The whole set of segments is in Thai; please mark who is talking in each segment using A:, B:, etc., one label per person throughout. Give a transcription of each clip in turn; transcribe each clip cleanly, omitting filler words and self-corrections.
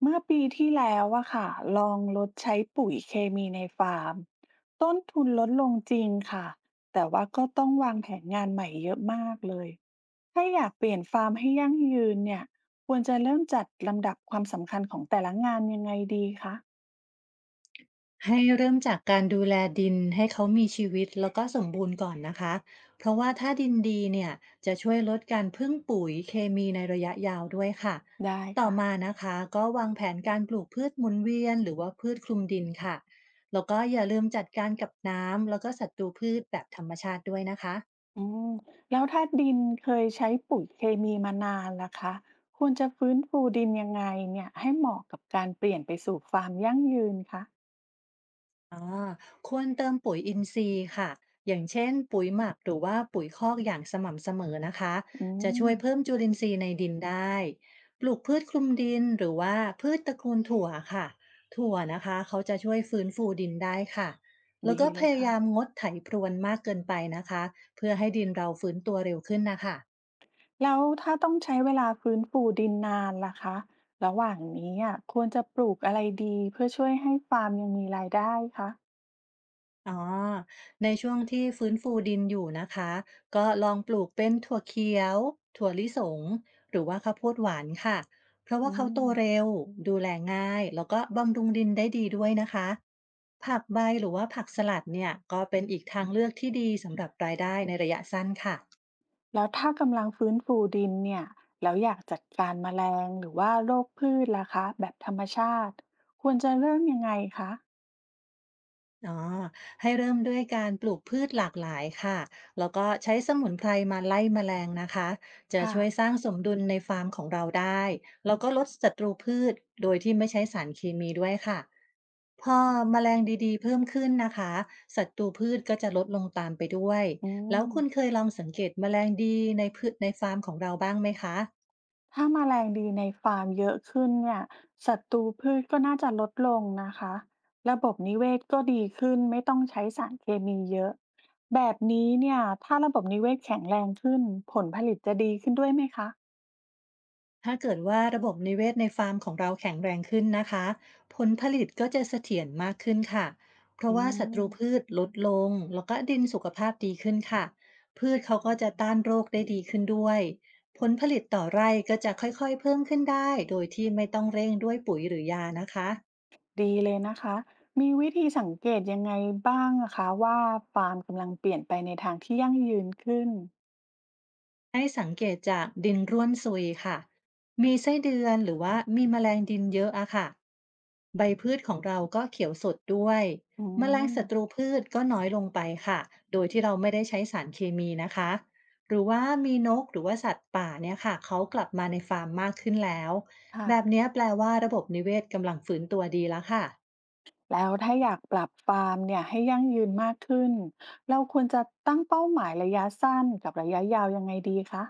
A: เมื่อปีที่แล้วอะค่ะลองลดใช้ปุ๋ยเคมีในฟาร์มต้นทุนลดลงจริงค่ะแต่ว่าก็ต้องวางแผนงานใหม่เยอะมากเลยถ้าอยากเปลี่ยนฟาร์มให้ยั่งยืนเนี่ยควรจะเริ่มจัดลำดับความสำคัญของแต่ละงานยังไงดีคะ
B: ให้เริ่มจากการดูแลดินให้เขามีชีวิตแล้วก็สมบูรณ์ก่อนนะคะ เพราะว่าถ้าดินดีเนี่ยจะช่วยลดการพึ่งปุ๋ยเคมีในระยะยาวด้วยค่ะ
A: ได้
B: ต่อ
A: ค่ะ
B: มานะคะก็วางแผนการปลูกพืชหมุนเวียนหรือว่าพืชคลุมดินค่ะ แล้วก็อย่าลืมจัดการกับน้ำแล้วก็ศัตรูพืชแบบธรรมชาติด้วยนะคะ
A: อืมแล้วถ้าดินเคยใช้ปุ๋ยเคมีมานานล่ะคะควรจะฟื้นฟูดินยังไงเนี่ยให้เหมาะกับการเปลี่ยนไปสู่ฟาร์มยั่งยืนคะ
B: อ่าควรเติมปุ๋ยอินทรีย์ค่ะอย่างเช่นปุ๋ยหมักหรือว่าปุ๋ยคอกอย่างสม่ำเสมอนะคะ
A: อื
B: จะ
A: ม
B: ช่วยเพิ่มจุลินทรีย์ในดินได้ปลูกพืชคลุมดินหรือว่าพืชตระกูลถั่วค่ะถั่วนะคะเขาจะช่วยฟื้นฟูดินได้ค่ะแล้ว
A: ดี
B: ก็พ
A: เลย
B: ยา
A: ค่ะ
B: ยามงดไถพรวนมากเกินไปนะคะเพื่อให้ดินเราฟื้นตัวเร็วขึ้นนะคะ
A: แล้วถ้าต้องใช้เวลาฟื้นฟูดินนานล่ะคะระหว่างนี้อ่ะควรจะปลูกอะไรดีเพื่อช่วยให้ฟาร์มยังมีรายได้คะ
B: อ๋อ ในช่วงที่ฟื้นฟูดินอยู่นะคะ ก็ลองปลูกเป็นถั่วเขียวถั่วลิสงหรือว่าข้าวโพดหวานค่ะ เพราะว่า
A: อื
B: เขาโต
A: ม
B: เร็ว ดูแลง่าย แล้วก็บำรุงดินได้ดีด้วยนะคะ ผักใบหรือว่าผักสลัดเนี่ยก็เป็นอีกทางเลือกที่ดีสำหรับรายได้ในระยะสั้นค่ะ
A: แล้วถ้ากำลังฟื้นฟูดินเนี่ยแล้วอยากจัดการแมลงหรือว่าโรคพืชล่ะคะแบบธรรมชาติควรจะเริ่มยังไงคะ
B: อ๋อให้เริ่มด้วยการปลูกพืชหลากหลายค่ะแล้วก็ใช้สมุนไพรมาไล่แมลงนะคะจะ
A: ค่ะ
B: ช่วยสร้างสมดุลในฟาร์มของเราได้แล้วก็ลดศัตรูพืชโดยที่ไม่ใช้สารเคมีด้วยค่ะพอแมลงดีๆเพิ่มขึ้นนะคะศัตรูพืชก็จะลดลงตามไปด้วย
A: อื
B: แล้ว
A: ม
B: คุณเคยลองสังเกตแมลงดีในพืชในฟาร์มของเราบ้างไหมคะ
A: ถ้าแมลงดีในฟาร์มเยอะขึ้นเนี่ยศัตรูพืชก็น่าจะลดลงนะคะระบบนิเวศก็ดีขึ้นไม่ต้องใช้สารเคมีเยอะแบบนี้เนี่ยถ้าระบบนิเวศแข็งแรงขึ้นผลผลิตจะดีขึ้นด้วยไหมคะ
B: ถ้าเกิดว่าระบบนิเวศในฟาร์มของเราแข็งแรงขึ้นนะคะผลผลิตก็จะเสถียรมากขึ้นค่ะเพ
A: อื
B: ราะว่าศัต
A: ม
B: รูพืชลดลงแล้วก็ดินสุขภาพดีขึ้นค่ะพืชเขาก็จะต้านโรคได้ดีขึ้นด้วยผลผลิตต่อไร่ก็จะค่อยๆเพิ่มขึ้นได้โดยที่ไม่ต้องเร่งด้วยปุ๋ยหรือยานะคะ
A: ดีเลยนะคะมีวิธีสังเกตยังไงบ้างอะคะว่าฟาร์มกำลังเปลี่ยนไปในทางที่ยั่งยืนขึ้น
B: ให้สังเกตจากดินร่วนซุยค่ะ มีไส้เดือนหรือว่ามีแมลงดินเยอะอะค่ะ ใบพืชของเราก็เขียวสดด้วย
A: อื
B: แมลงศัตรู
A: ม
B: พืชก็น้อยลงไปค่ะ โดยที่เราไม่ได้ใช้สารเคมีนะคะ หรือว่ามีนกหรือว่าสัตว์ป่าเนี่ยค่ะ เขากลับมาในฟาร์มมากขึ้นแล้ว
A: ค่ะ
B: แบบเนี้ยแปลว่าระบบนิเวศกำลังฟื้นตัวดีแล้วค่ะ
A: แล้วถ้าอยากปรับฟาร์มเนี่ยให้ยั่งยืนมากขึ้นเราควรจะตั้งเป้าหมายระยะสั้นกับระยะยาวยังไงดีคะ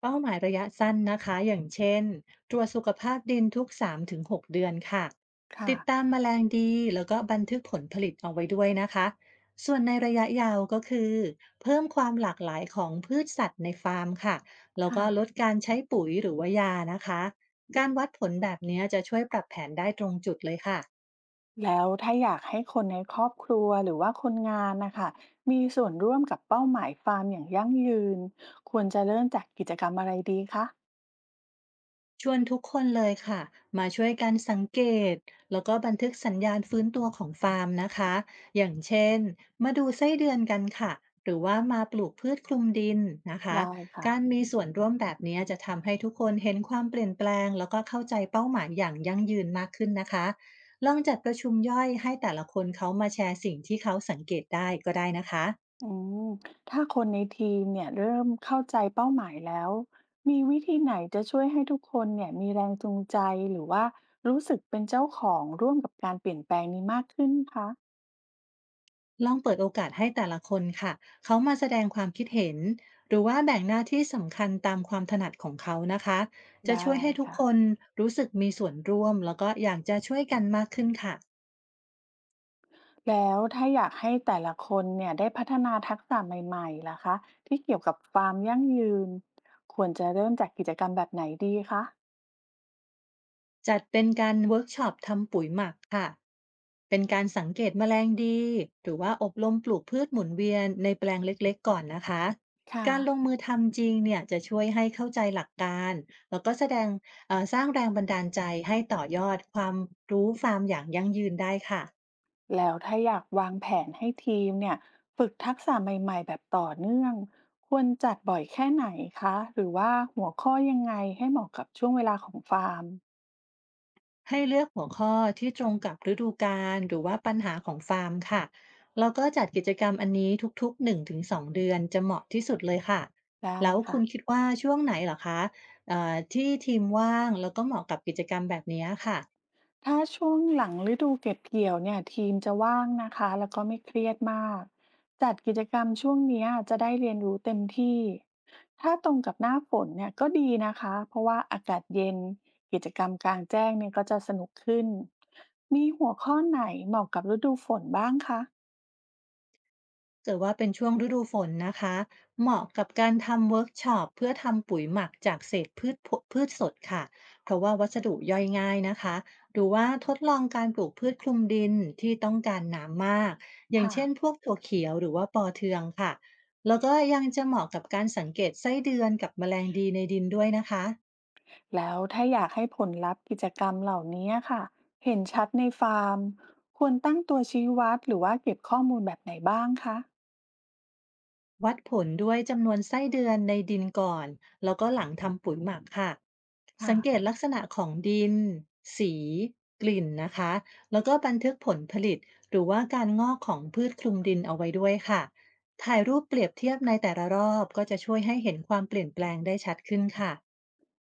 B: เป้าหมายระยะสั้นนะคะอย่างเช่นตรวจสุขภาพดินทุก3-6เดือนค่ะ
A: ค่ะ
B: ติดตามแมลงดีแล้วก็บันทึกผลผลิตเอาไว้ด้วยนะคะส่วนในระยะยาวก็คือเพิ่มความหลากหลายของพืชสัตว์ในฟาร์มค่ะแล้ว
A: ค่ะ
B: ก็ลดการใช้ปุ๋ยหรือว่ายานะคะการวัดผลแบบเนี้ยจะช่วยปรับแผนได้ตรงจุดเลยค่ะ
A: แล้วถ้าอยากให้คนในครอบครัวหรือว่าคนงานนะคะมีส่วนร่วมกับเป้าหมายฟาร์มอย่างยั่งยืนควรจะเริ่มจากกิจกรรมอะไรดีคะ
B: ชวนทุกคนเลยค่ะมาช่วยกันสังเกตแล้วก็บันทึกสัญญาณฟื้นตัวของฟาร์มนะคะอย่างเช่นมาดูไส้เดือนกันค่ะหรือว่ามาปลูกพืชคลุมดินนะคะ
A: ได้ค่ะ
B: การมีส่วนร่วมแบบนี้จะทำให้ทุกคนเห็นความเปลี่ยนแปลงแล้วก็เข้าใจเป้าหมายอย่างยั่งยืนมากขึ้นนะคะลองจัดประชุมย่อยให้แต่ละคนเขามาแชร์สิ่งที่เขาสังเกตได้ก็ได้นะคะ
A: อืมถ้าคนในทีมเนี่ยเริ่มเข้าใจเป้าหมายแล้วมีวิธีไหนจะช่วยให้ทุกคนเนี่ยมีแรงจูงใจหรือว่ารู้สึกเป็นเจ้าของร่วมกับการเปลี่ยนแปลงนี้มากขึ้นคะ
B: ลองเปิดโอกาสให้แต่ละคนค่ะเขามาแสดงความคิดเห็นหรือว่าแบ่งหน้าที่สำคัญตามความถนัดของเขานะคะจะช่
A: ได้
B: วยให้ทุก
A: ค่ะ
B: คนรู้สึกมีส่วนร่วมแล้วก็อยากจะช่วยกันมากขึ้นค่ะ
A: แล้วถ้าอยากให้แต่ละคนเนี่ยได้พัฒนาทักษะใหม่ๆล่ะคะที่เกี่ยวกับฟาร์มยั่งยืนควรจะเริ่มจากกิจกรรมแบบไหนดีคะ
B: จัดเป็นการเวิร์กช็อปทำปุ๋ยหมักค่ะ เป็นการสังเกตแมลงดีหรือว่าอบรมปลูกพืชหมุนเวียนในแปลงเล็กๆก่อนนะคะ
A: ค่ะ
B: การลงมือทำจริงเนี่ยจะช่วยให้เข้าใจหลักการแล้วก็แสดงสร้างแรงบันดาลใจให้ต่อยอดความรู้ฟาร์มอย่างยั่งยืนได้ค่ะ
A: แล้วถ้าอยากวางแผนให้ทีมเนี่ยฝึกทักษะใหม่ๆแบบต่อเนื่องควรจัดบ่อยแค่ไหนคะหรือว่าหัวข้อยังไงให้เหมาะกับช่วงเวลาของฟาร์ม
B: ให้เลือกหัวข้อที่ตรงกับฤดูกาลหรือว่าปัญหาของฟาร์มค่ะแล้วก็จัดกิจกรรมอันนี้ทุกๆ1-2เดือนจะเหมาะที่สุดเลยค่ะ
A: ได้
B: แล้วคุ
A: ค่ะ
B: ณคิดว่าช่วงไหนเหรอคะที่ทีมว่างแล้วก็เหมาะกับกิจกรรมแบบนี้ค่ะ
A: ถ้าช่วงหลังฤดูเก็บเกี่ยวเนี่ยทีมจะว่างนะคะแล้วก็ไม่เครียดมากจัดกิจกรรมช่วงเนี้ยจะได้เรียนรู้เต็มที่ถ้าตรงกับหน้าฝนเนี่ยก็ดีนะคะเพราะว่าอากาศเย็นกิจกรรมกลางแจ้งเนี่ยก็จะสนุกขึ้นมีหัวข้อไหนเหมาะกับฤดูฝนบ้างคะ
B: เกิดว่าเป็นช่วงฤดูฝนนะคะเหมาะกับการทำเวิร์กช็อปเพื่อทำปุ๋ยหมักจากเศษพืชผลพืชสดค่ะเพราะว่าวัสดุย่อยง่ายนะคะหรือว่าทดลองการปลูกพืชคลุมดินที่ต้องการน้ำมากอย่าง
A: ค่ะ
B: เช่นพวกถั่วเขียวหรือว่าปอเทืองค่ะแล้วก็ยังจะเหมาะกับการสังเกตไส้เดือนกับแมลงดีในดินด้วยนะคะ
A: แล้วถ้าอยากให้ผลลัพธ์กิจกรรมเหล่านี้ค่ะเห็นชัดในฟาร์มควรตั้งตัวชี้วัดหรือว่าเก็บข้อมูลแบบไหนบ้างคะ
B: วัดผลด้วยจำนวนไส้เดือนในดินก่อนแล้วก็หลังทำปุ๋ยหมักค่ะ
A: ค่ะ
B: สังเกตลักษณะของดินสีกลิ่นนะคะแล้วก็บันทึกผลผลิตหรือว่าการงอกของพืชคลุมดินเอาไว้ด้วยค่ะ ถ่ายรูปเปรียบเทียบในแต่ละรอบก็จะช่วยให้เห็นความเปลี่ยนแปลงได้ชัดขึ้นค่ะ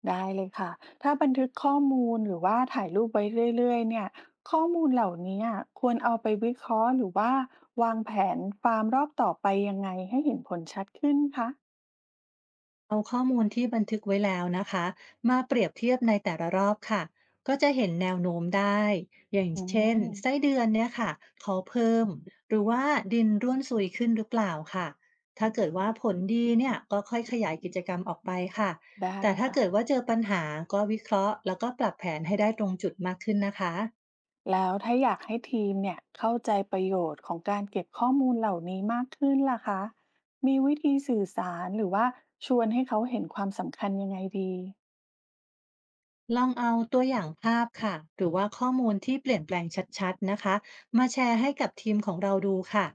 A: ได้เลยค่ะถ้าบันทึกข้อมูลหรือว่าถ่ายรูปไว้เรื่อยๆเนี่ยข้อมูลเหล่านี้ควรเอาไปวิเคราะห์หรือว่าวางแผนฟาร์มรอบต่อไปยังไงให้เห็นผลชัดขึ้นคะ
B: เอาข้อมูลที่บันทึกไว้แล้วนะคะมาเปรียบเทียบในแต่ละรอบค่ะก็จะเห็นแนวโน้มได้อย่าง
A: อื
B: เช่น
A: ม
B: ไส้เดือนเนี่ยค่ะเขาเพิ่มหรือว่าดินร่วนซุยขึ้นหรือเปล่าค่ะถ้าเกิดว่าผลดีเนี่ยก็ค่อยขยายกิจกรรมออกไปค่ะ
A: ได้
B: แต่ถ้า
A: ค่ะ
B: เกิดว่าเจอปัญหาก็วิเคราะห์แล้วก็ปรับแผนให้ได้ตรงจุดมากขึ้นนะคะ
A: แล้วถ้าอยากให้ทีมเนี่ยเข้าใจประโยชน์ของการเก็บข้อมูลเหล่านี้มากขึ้นล่ะคะมีวิธีสื่อสารหรือว่าชวนให้เขาเห็นความสำคัญยังไงดี
B: ลองเอาตัวอย่างภาพค่ะหรือว่าข้อมูลที่เปลี่ยนแปลงชัดๆนะคะมาแชร์ให้กับทีมของเราดูค่ะ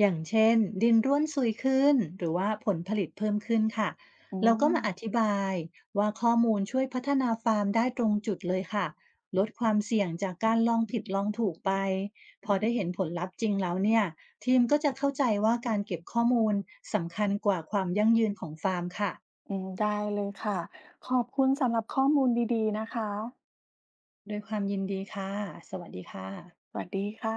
B: อย่างเช่นดินร่วนซุยขึ้นหรือว่าผลผลิตเพิ่มขึ้นค่ะ
A: อื
B: แล้วก็
A: ม
B: มาอธิบายว่าข้อมูลช่วยพัฒนาฟาร์มได้ตรงจุดเลยค่ะลดความเสี่ยงจากการลองผิดลองถูกไปพอได้เห็นผลลัพธ์จริงแล้วเนี่ยทีมก็จะเข้าใจว่าการเก็บข้อมูลสำคัญกว่าความยั่งยืนของฟาร์มค่ะ
A: อืมได้เลยค่ะขอบคุณสำหรับข้อมูลดีๆนะคะ
B: ด้วยความยินดีค่ะสวัสดีค่ะ
A: สวัสดีค่ะ